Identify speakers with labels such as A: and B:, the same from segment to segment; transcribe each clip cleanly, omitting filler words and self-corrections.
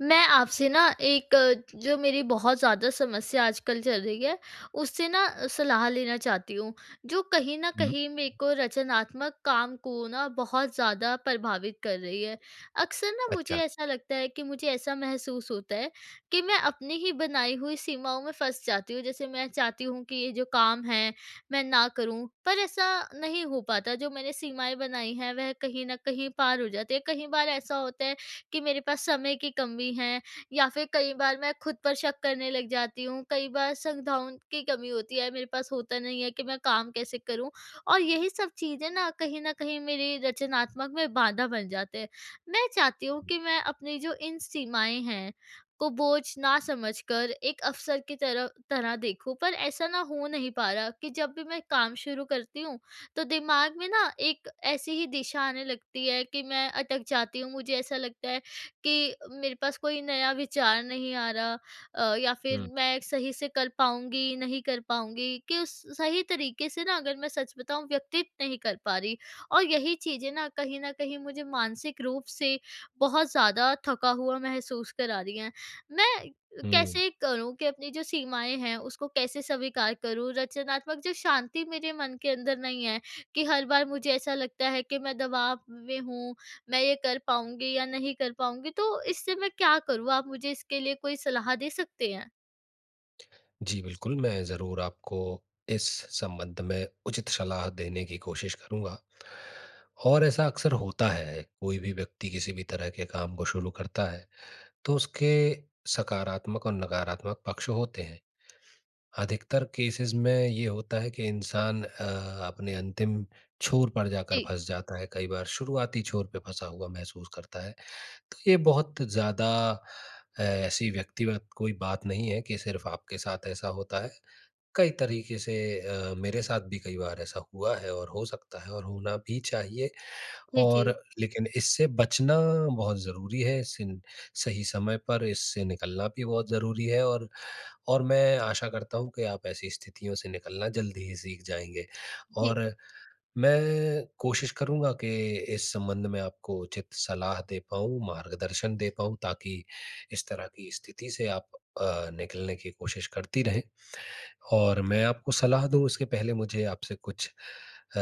A: मैं आपसे ना जो मेरी बहुत ज़्यादा समस्या आजकल चल रही है, उससे ना सलाह लेना चाहती हूँ। जो कहीं न
B: हुँ।
A: कहीं मेरे को रचनात्मक काम को ना बहुत ज़्यादा प्रभावित कर रही है। अक्सर ना मुझे
B: अच्छा।
A: ऐसा लगता है कि मुझे ऐसा महसूस होता है कि मैं अपनी ही बनाई हुई सीमाओं में फँस जाती हूँ। जैसे मैं चाहती हूँ कि ये जो काम है, मैं ना करूँ, पर ऐसा नहीं हो पाता। जो मैंने सीमाएँ बनाई हैं, वह कहीं न कहीं पार हो जाती है। कई बार ऐसा होता है कि मेरे पास समय की कमी है, या फिर कई बार मैं खुद पर शक करने लग जाती हूँ। कई बार संधाओं की कमी होती है, मेरे पास होता नहीं है कि मैं काम कैसे करूँ? और यही सब चीज़ें ना कहीं न कहीं मेरी रचनात्मक में बाधा बन जाते हैं। मैं चाहती हूँ कि मैं अपनी जो इन सीमाएँ हैं, को बोझ ना समझकर एक अवसर की तरह तरह देखूँ, पर ऐसा ना हो नहीं पा रहा कि जब भी मैं काम शुरू करती हूँ, तो दिमाग में ना एक ऐसी ही दिशा आने लगती है कि मैं अटक जाती हूँ। मुझे ऐसा लगता है कि मेरे पास कोई नया विचार नहीं आ रहा, या फिर
B: हुँ,
A: मैं सही से कर पाऊँगी, नहीं कर पाऊँगी, कि उस सही तरीके से ना अगर मैं सच बताऊँ, व्यक्तित नहीं कर पा रही। और यही चीज़ें ना कहीं न कहीं मुझे मानसिक रूप से बहुत ज़्यादा थका हुआ महसूस करा रही हैं। मैं
B: हुँ।
A: कैसे करूँ कि अपनी जो सीमाएँ हैं, उसको कैसे स्वीकार करूँ? रचनात्मक जो शांति मेरे मन के अंदर नहीं है, कि हर बार मुझे ऐसा लगता है कि मैं दबाव में हूँ, मैं ये कर पाऊँगी या नहीं कर पाऊँगी, तो इससे मैं क्या करूँ? आप मुझे इसके लिए कोई सलाह दे सकते हैं?
B: जी, बिल्कुल, मैं ज़रूर आपको इस संबंध में उचित सलाह देने की कोशिश करूँगा। और ऐसा अक्सर होता है, कोई भी व्यक्ति किसी भी तरह के काम को शुरू करता है, तो उसके सकारात्मक और नकारात्मक पक्ष होते हैं। अधिकतर केसेज़ में ये होता है कि इंसान अपने अंतिम छोर पर जाकर
A: जी।
B: फँस जाता है, कई बार शुरुआती छोर पे फँसा हुआ महसूस करता है। तो ये बहुत ज़्यादा ऐसी व्यक्तिगत कोई बात नहीं है कि सिर्फ आपके साथ ऐसा होता है। कई तरीके से मेरे साथ भी कई बार ऐसा हुआ है और हो सकता है और होना भी चाहिए।
A: जी,
B: और
A: जी।
B: लेकिन इससे बचना बहुत ज़रूरी है, इससे सही समय पर इससे निकलना भी बहुत ज़रूरी है। और मैं आशा करता हूँ कि आप ऐसी स्थितियों से निकलना जल्दी ही सीख जाएँगे।
A: जी,
B: और मैं कोशिश करूँगा कि इस संबंध में आपको उचित सलाह दे पाऊँ, मार्गदर्शन दे पाऊँ, ताकि इस तरह की स्थिति से आप निकलने की कोशिश करती रहें। और मैं आपको सलाह दूँ उसके पहले मुझे आपसे कुछ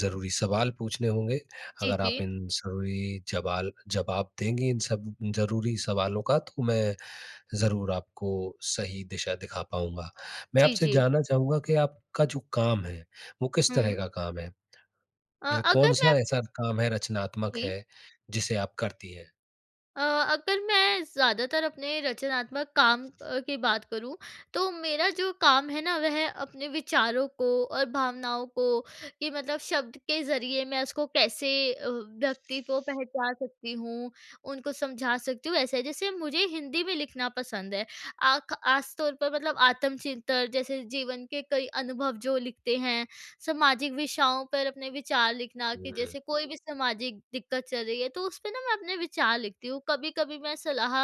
B: ज़रूरी सवाल पूछने होंगे।
A: जी,
B: अगर
A: जी।
B: आप इन ज़रूरी जवाल जवाब देंगी इन सब ज़रूरी सवालों का, तो मैं ज़रूर आपको सही दिशा दिखा पाऊँगा। मैं
A: जी,
B: आपसे
A: जी।
B: जानना चाहूँगा कि आपका जो काम है, वो किस तरह
A: हुँ।
B: का काम है?
A: अ, अगर मैं
B: कौन-सा
A: आप
B: ऐसा काम है, रचनात्मक
A: जी।
B: है, जिसे आप करती हैं?
A: अगर मैं ज़्यादातर अपने रचनात्मक काम की बात करूँ, तो मेरा जो काम है ना वह अपने विचारों को और भावनाओं को, कि मतलब शब्द के ज़रिए मैं उसको कैसे व्यक्ति को पहचान सकती हूँ, उनको समझा सकती हूँ ऐसे। जैसे मुझे हिंदी में लिखना पसंद है। आख ख़ास तौर पर मतलब आत्मचिंतन, जैसे जीवन के कई अनुभव जो लिखते हैं, सामाजिक विषयों पर अपने विचार लिखना,
B: हुँ,
A: कि
B: हुँ,
A: जैसे कोई भी सामाजिक दिक्कत चल रही है, तो उस पे ना मैं अपने विचार लिखती हूँ। कभी कभी मैं सलाह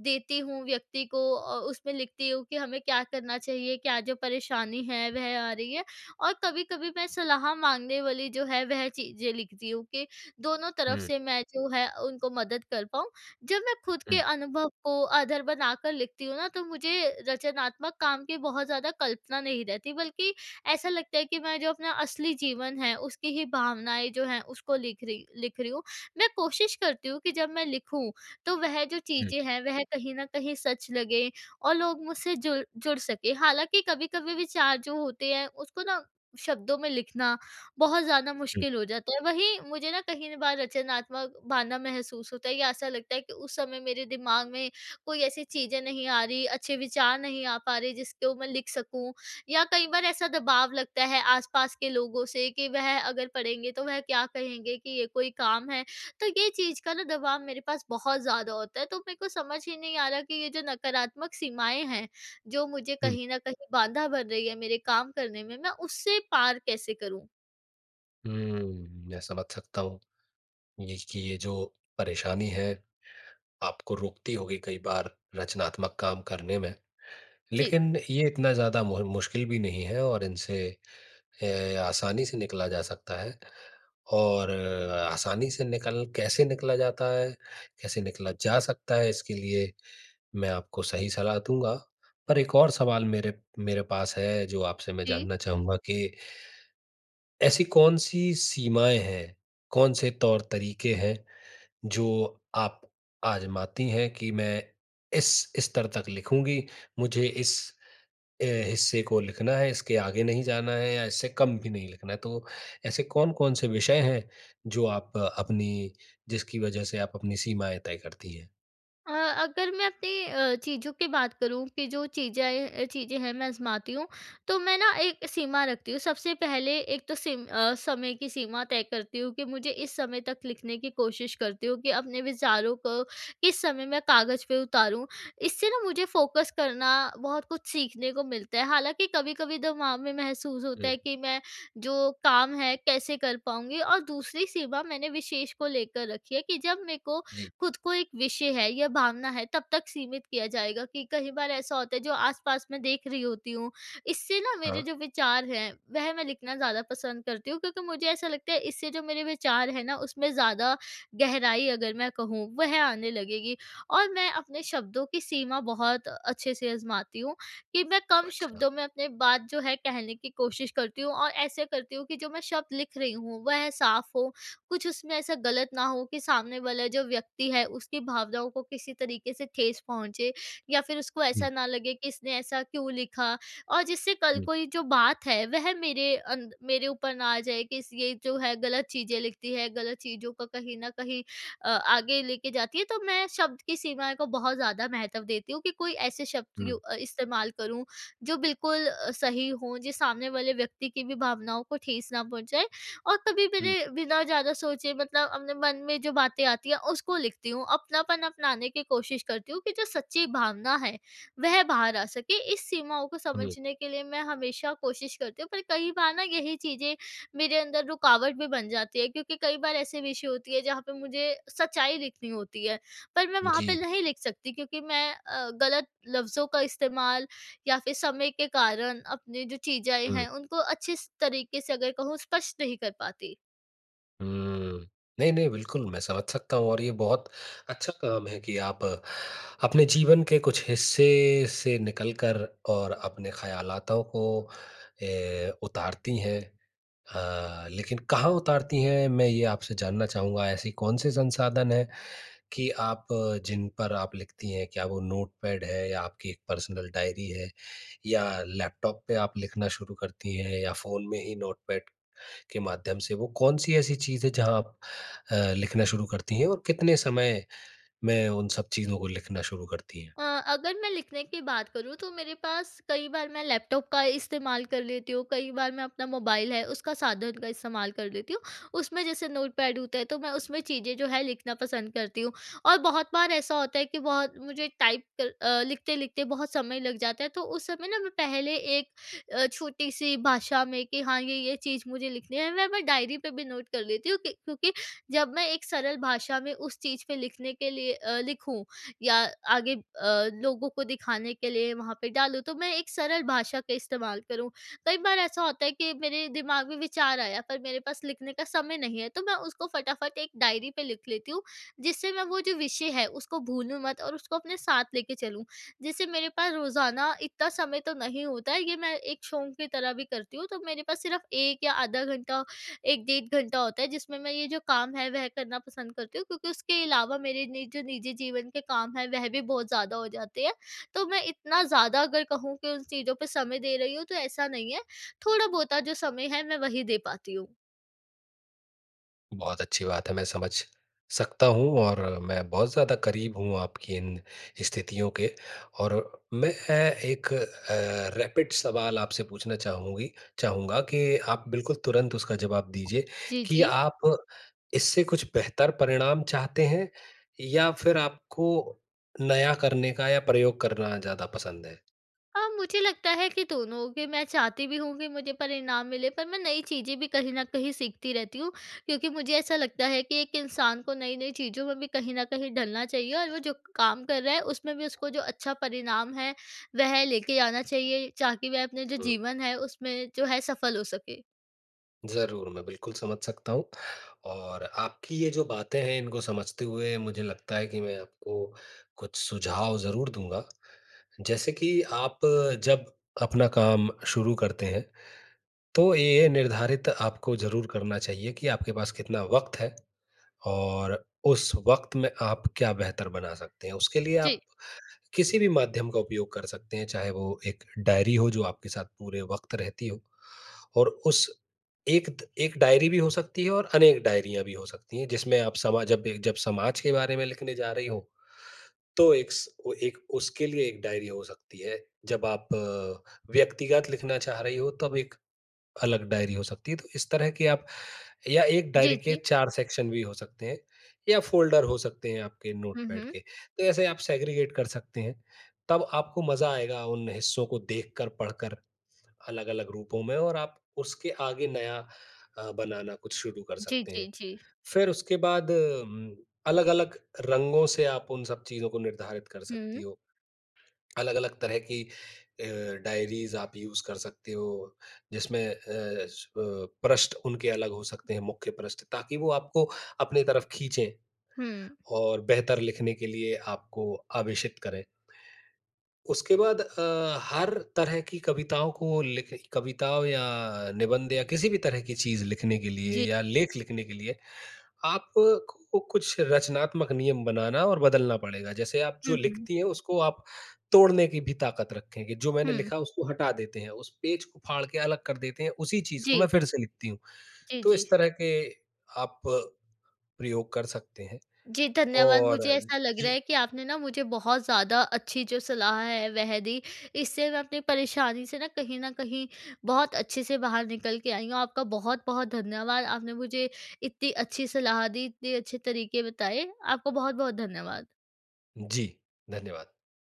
A: देती हूँ व्यक्ति को, और उसमें लिखती हूँ कि हमें क्या करना चाहिए, क्या जो परेशानी है वह आ रही है। और कभी कभी मैं सलाह मांगने वाली जो है, वह चीजें लिखती हूँ, कि दोनों तरफ
B: हुँ,
A: से मैं जो है उनको मदद कर पाऊँ। जब मैं खुद के अनुभव को आधार बनाकर लिखती हूँ ना, तो मुझे रचनात्मक काम की बहुत ज्यादा कल्पना नहीं रहती, बल्कि ऐसा लगता है कि मैं जो अपना असली जीवन है, उसकी ही भावनाएँ जो हैं उसको लिख रही हूँ। मैं कोशिश करती हूँ कि जब मैं लिखूँ, तो वह जो
B: हुँ,
A: चीज़ें हैं वह कहीं न कहीं सच लगे, और लोग मुझसे जुड़ जुड़ सकें। हालाँकि कभी-कभी विचार जो होते हैं उसको ना शब्दों में लिखना बहुत ज़्यादा
B: हुँ,
A: मुश्किल हो जाता है। वहीं मुझे ना कहीं न बार रचनात्मक बाँधा महसूस होता है, या ऐसा लगता है कि उस समय मेरे दिमाग में कोई ऐसी चीज़ें नहीं आ रही, अच्छे विचार नहीं आ पा रहे जिसको मैं लिख सकूँ। या कई बार ऐसा दबाव लगता है आसपास के लोगों से, कि वह अगर पढ़ेंगे तो वह क्या कहेंगे, कि ये कोई काम है। तो ये चीज़ का ना दबाव मेरे पास बहुत ज़्यादा होता है, तो मेरे को समझ ही नहीं आ रहा, कि ये जो नकारात्मक सीमाएँ हैं, जो मुझे
B: हुँ,
A: कहीं न कहीं बाधा बन रही है मेरे काम करने में, मैं उससे पार कैसे करूँ?
B: हुँ। मैं समझ सकता हूँ, ये कि ये जो परेशानी है, आपको रोकती होगी कई बार रचनात्मक काम करने में।
A: जी।
B: लेकिन ये इतना ज़्यादा मु मुश्किल भी नहीं है, और इनसे अ, आसानी से निकला जा सकता है। और आसानी से निकल कैसे निकला जाता है, कैसे निकला जा सकता है, इसके लिए मैं आपको सही सलाह दूँगा। पर एक और सवाल मेरे मेरे पास है, जो आपसे मैं
A: जी।
B: जानना चाहूँगा, कि ऐसी कौन-सी सीमाएँ हैं, कौन-से तौर-तरीके हैं जो आप आज़माती हैं, कि मैं इस स्तर तक लिखूँगी, मुझे इस हिस्से को लिखना है, इसके आगे नहीं जाना है या इससे कम भी नहीं लिखना है। तो ऐसे कौन-कौन से विषय हैं जो आप अपनी जिसकी वजह से आप अपनी सीमाएँ तय करती हैं?
A: अ, अगर मैं अपनी चीज़ों की बात करूँ, कि जो चीज़ें हैं मैं आज़माती हूँ, तो मैं ना एक सीमा रखती हूँ। सबसे पहले एक तो समय की सीमा तय करती हूँ, कि मुझे इस समय तक लिखने की कोशिश करती हूँ, कि अपने विचारों को किस समय मैं कागज़ पे उतारूँ। इससे ना मुझे फ़ोकस करना, बहुत कुछ सीखने को मिलता है। हालाँकि कभी-कभी दिमाग में महसूस होता
B: हुँ,
A: है कि मैं जो काम है कैसे कर पाऊँगी, और दूसरी सीमा मैंने विशेष को लेकर रखी है, कि जब मेरे को
B: जी।
A: खुद को एक विषय है या भावना है, तब तक सीमित किया जाएगा, कि कई बार ऐसा होता है जो आसपास में देख रही होती हूँ, इससे ना मेरे
B: हाँ,
A: जो विचार हैं वह मैं लिखना ज़्यादा पसंद करती हूँ, क्योंकि मुझे ऐसा लगता है इससे जो मेरे विचार है ना, उसमें ज़्यादा गहराई अगर मैं कहूँ वह आने लगेगी। और मैं अपने शब्दों की सीमा बहुत अच्छे से आजमाती हूँ, कि मैं कम
B: अच्छा।
A: शब्दों में अपने बात जो है कहने की कोशिश करती हूँ, और ऐसे करती हूँ कि जो मैं शब्द लिख रही हूँ वह साफ हो, कुछ उसमें ऐसा गलत ना हो कि सामने वाला जो व्यक्ति है उसकी भावनाओं को किसी तरीके से ठेस पहुंचे, या फिर उसको ऐसा
B: हुँ,
A: ना लगे कि इसने ऐसा क्यों लिखा। और जिससे कल
B: हुँ,
A: कोई जो बात है वह मेरे मेरे ऊपर ना आ जाए कि ये जो है गलत चीजें लिखती है, गलत चीजों का कहीं ना कहीं आगे लेके जाती है। तो मैं शब्द की सीमा को बहुत ज्यादा महत्व देती हूँ, कि कोई ऐसे शब्द
B: हुँ।
A: इस्तेमाल करूँ जो बिल्कुल सही हो, जो सामने वाले व्यक्ति की भी भावनाओं को ठेस ना पहुंचाए। और कभी
B: हुँ,
A: मेरे बिना ज़्यादा सोचे, मतलब अपने मन में जो बातें आती हैं उसको लिखती हूँ। अपनापन अपनाने की कोशिश करती हूँ कि जो सच्ची भावना है, वह बाहर आ सके। इस सीमाओं को
B: हुँ।
A: समझने के लिए मैं हमेशा कोशिश करती हूँ, पर कई बार ना यही चीज़ें मेरे अंदर रुकावट भी बन जाती है, क्योंकि कई बार ऐसे विषय होती है, जहाँ पे मुझे सच्चाई लिखनी होती है, पर मैं वहाँ
B: जी।
A: पे नहीं लिख सकती, क्योंकि मैं गलत लफ्ज़ों का इस्तेमाल, या फिर समय के कारण अपनी जो चीज़ें
B: हुँ,
A: हैं उनको अच्छे स तरीके से अगर कहूँ स्पष्ट नहीं कर पाती।
B: हुँ। नहीं, नहीं, बिल्कुल मैं समझ सकता हूँ, और ये बहुत अच्छा काम है कि आप अपने जीवन के कुछ हिस्से से निकल कर और अपने ख़यालातों को उतारती हैं। लेकिन कहाँ उतारती हैं, मैं ये आपसे जानना चाहूँगा। ऐसी कौन-से संसाधन हैं कि आप जिन पर आप लिखती हैं? क्या वो नोटपैड है, या आपकी एक पर्सनल डायरी है, या लैपटॉप पे आप लिखना शुरू करती हैं, या फ़ोन में ही नोटपैड के माध्यम से? वो कौन-सी ऐसी चीज़ है जहाँ आप लिखना शुरू करती हैं, और कितने समय में उन सब चीज़ों को लिखना शुरू करती हैं?
A: अ, अगर मैं लिखने की बात करूँ तो मेरे पास कई बार मैं लैपटॉप का इस्तेमाल कर लेती हूँ, कई बार मैं अपना मोबाइल है उसका साधन का इस्तेमाल कर लेती हूँ। उसमें जैसे नोटपैड होता है, तो मैं उसमें चीज़ें जो है लिखना पसंद करती हूँ। और बहुत बार ऐसा होता है कि बहुत मुझे टाइप कर लिखते-लिखते बहुत समय लग जाता है, तो उस समय ना मैं पहले एक छोटी-सी भाषा में, कि हाँ, ये चीज़ मुझे लिखनी है, मैं डायरी पे भी नोट कर लेती हूँ, कि क्योंकि जब मैं एक सरल भाषा में उस चीज़ पे लिखने के लिए लिखूँ, या आगे लोगों को दिखाने के लिए वहाँ पे डालूँ, तो मैं एक सरल भाषा का इस्तेमाल करूँ। कई बार ऐसा होता है कि मेरे दिमाग में विचार आया, पर मेरे पास लिखने का समय नहीं है, तो मैं उसको फटाफट एक डायरी पे लिख लेती हूँ, जिससे मैं वो जो विषय है उसको भूलूँ मत, और उसको अपने साथ लेके चलूँ। जिससे मेरे पास रोज़ाना इतना समय तो नहीं होता है, ये मैं एक शौक की तरह भी करती हूँ, तो मेरे पास सिर्फ़ 1 या आधा घंटा, 1 डेढ़ घंटा होता है, जिसमें मैं ये जो काम है वह करना पसंद करती हूँ, क्योंकि उसके अलावा मेरे नि जो निजी जीवन के काम हैं वह भी बहुत ज़्यादा हो जाते हैं। तो मैं इतना ज़्यादा अगर कहूँ कि उन चीज़ों पे समय दे रही हूँ तो ऐसा नहीं है, थोड़ा-बहुता जो समय है मैं वही दे पाती हूँ।
B: बहुत अच्छी बात है, मैं समझ सकता हूँ, और मैं बहुत ज़्यादा करीब हूँ आपकी इन स्थितियों के। और मैं एक रैपिड सवाल आपसे पूछना चाहूँगी चाहूँगा, कि आप बिल्कुल तुरंत उसका जवाब दीजिए,
A: जी,
B: कि
A: जी।
B: आप इससे कुछ बेहतर परिणाम चाहते हैं, या फिर आपको नया करने का या प्रयोग करना ज़्यादा पसंद है?
A: मुझे लगता है कि दोनों, कि मैं चाहती भी हूँ कि मुझे परिणाम मिले, पर मैं नई चीज़ें भी कहीं न कहीं सीखती रहती हूँ, क्योंकि मुझे ऐसा लगता है कि एक इंसान को नई-नई चीज़ों में भी कहीं न कहीं ढलना चाहिए, और वो जो काम कर रहा है उसमें भी उसको जो अच्छा परिणाम है वह लेके आना चाहिए, ताकि वह अपने जो जीवन है उसमें जो है सफल हो सके।
B: ज़रूर, मैं बिल्कुल समझ सकता हूँ, और आपकी ये जो बातें हैं, इनको समझते हुए मुझे लगता है कि मैं आपको कुछ सुझाव ज़रूर दूँगा। जैसे कि आप जब अपना काम शुरू करते हैं, तो ये निर्धारित आपको ज़रूर करना चाहिए कि आपके पास कितना वक़्त है, और उस वक़्त में आप क्या बेहतर बना सकते हैं। उसके लिए
A: जी।
B: आप किसी भी माध्यम का उपयोग कर सकते हैं, चाहे वो एक डायरी हो जो आपके साथ पूरे वक़्त रहती हो। और उस एक डायरी भी हो सकती है, और अनेक डायरियाँ भी हो सकती हैं, जिसमें आप समा जब जब समाज के बारे में लिखने जा रही हों, तो एक स वो एक उसके लिए एक डायरी हो सकती है। जब आप व्यक्तिगत लिखना चाह रही हो, तब एक अलग डायरी हो सकती है। तो इस तरह की आप या एक
A: जी,
B: डायरी के
A: जी।
B: 4 सेक्शन भी हो सकते हैं, या फ़ोल्डर हो सकते हैं आपके
A: हुँ,
B: नोटपैड
A: हुँ।
B: के। तो ऐसे आप सेग्रीगेट कर सकते हैं। तब आपको मज़ा आएगा उन हिस्सों को देखकर, पढ़कर, अलग-अलग रूपों में, और आप उसके आगे नया बनाना कुछ शुरू कर
A: जी,
B: सकते हैं।
A: जी, जी।
B: फिर उसके बाद अलग-अलग रंगों से आप उन सब चीज़ों को निर्धारित कर सकती
A: हुँ,
B: हो। अलग-अलग तरह की अ, डायरीज़ आप यूज़ कर सकते हो, जिसमें स अ, पृष्ठ उनके अलग हो सकते हैं, मुख्य पृष्ठ, ताकि वो आपको अपनी तरफ खींचें,
A: हुँ।
B: और बेहतर लिखने के लिए आपको आवेशित करें। उसके बाद हर तरह की कविताओं को लिख कविताओं या निबंध या किसी भी तरह की चीज़ लिखने के लिए,
A: जी।
B: या लेख लिखने के लिए आपको कुछ रचनात्मक नियम बनाना और बदलना पड़ेगा। जैसे आप जो
A: हुँ, हुँ।
B: लिखती हैं, उसको आप तोड़ने की भी ताकत रखें, कि जो मैंने
A: हुँ।
B: लिखा उसको हटा देते हैं, उस पेज को फाड़ के अलग कर देते हैं, उसी चीज़ को मैं
A: जी।
B: फिर से लिखती हूँ।
A: जी,
B: तो
A: जी।
B: इस तरह के आप प्रयोग कर सकते हैं।
A: जी, धन्यवाद।
B: और
A: मुझे ऐसा लग रहा
B: जी,
A: है कि आपने ना मुझे बहुत ज़्यादा अच्छी जो सलाह है वह दी। इससे मैं अपनी परेशानी से ना कहीं न कहीं बहुत अच्छे से बाहर निकल के आई हूँ। आपका बहुत-बहुत धन्यवाद। आपने मुझे इतनी अच्छी सलाह दी, इतने अच्छे तरीके बताए। आपको बहुत-बहुत धन्यवाद।
B: जी, धन्यवाद।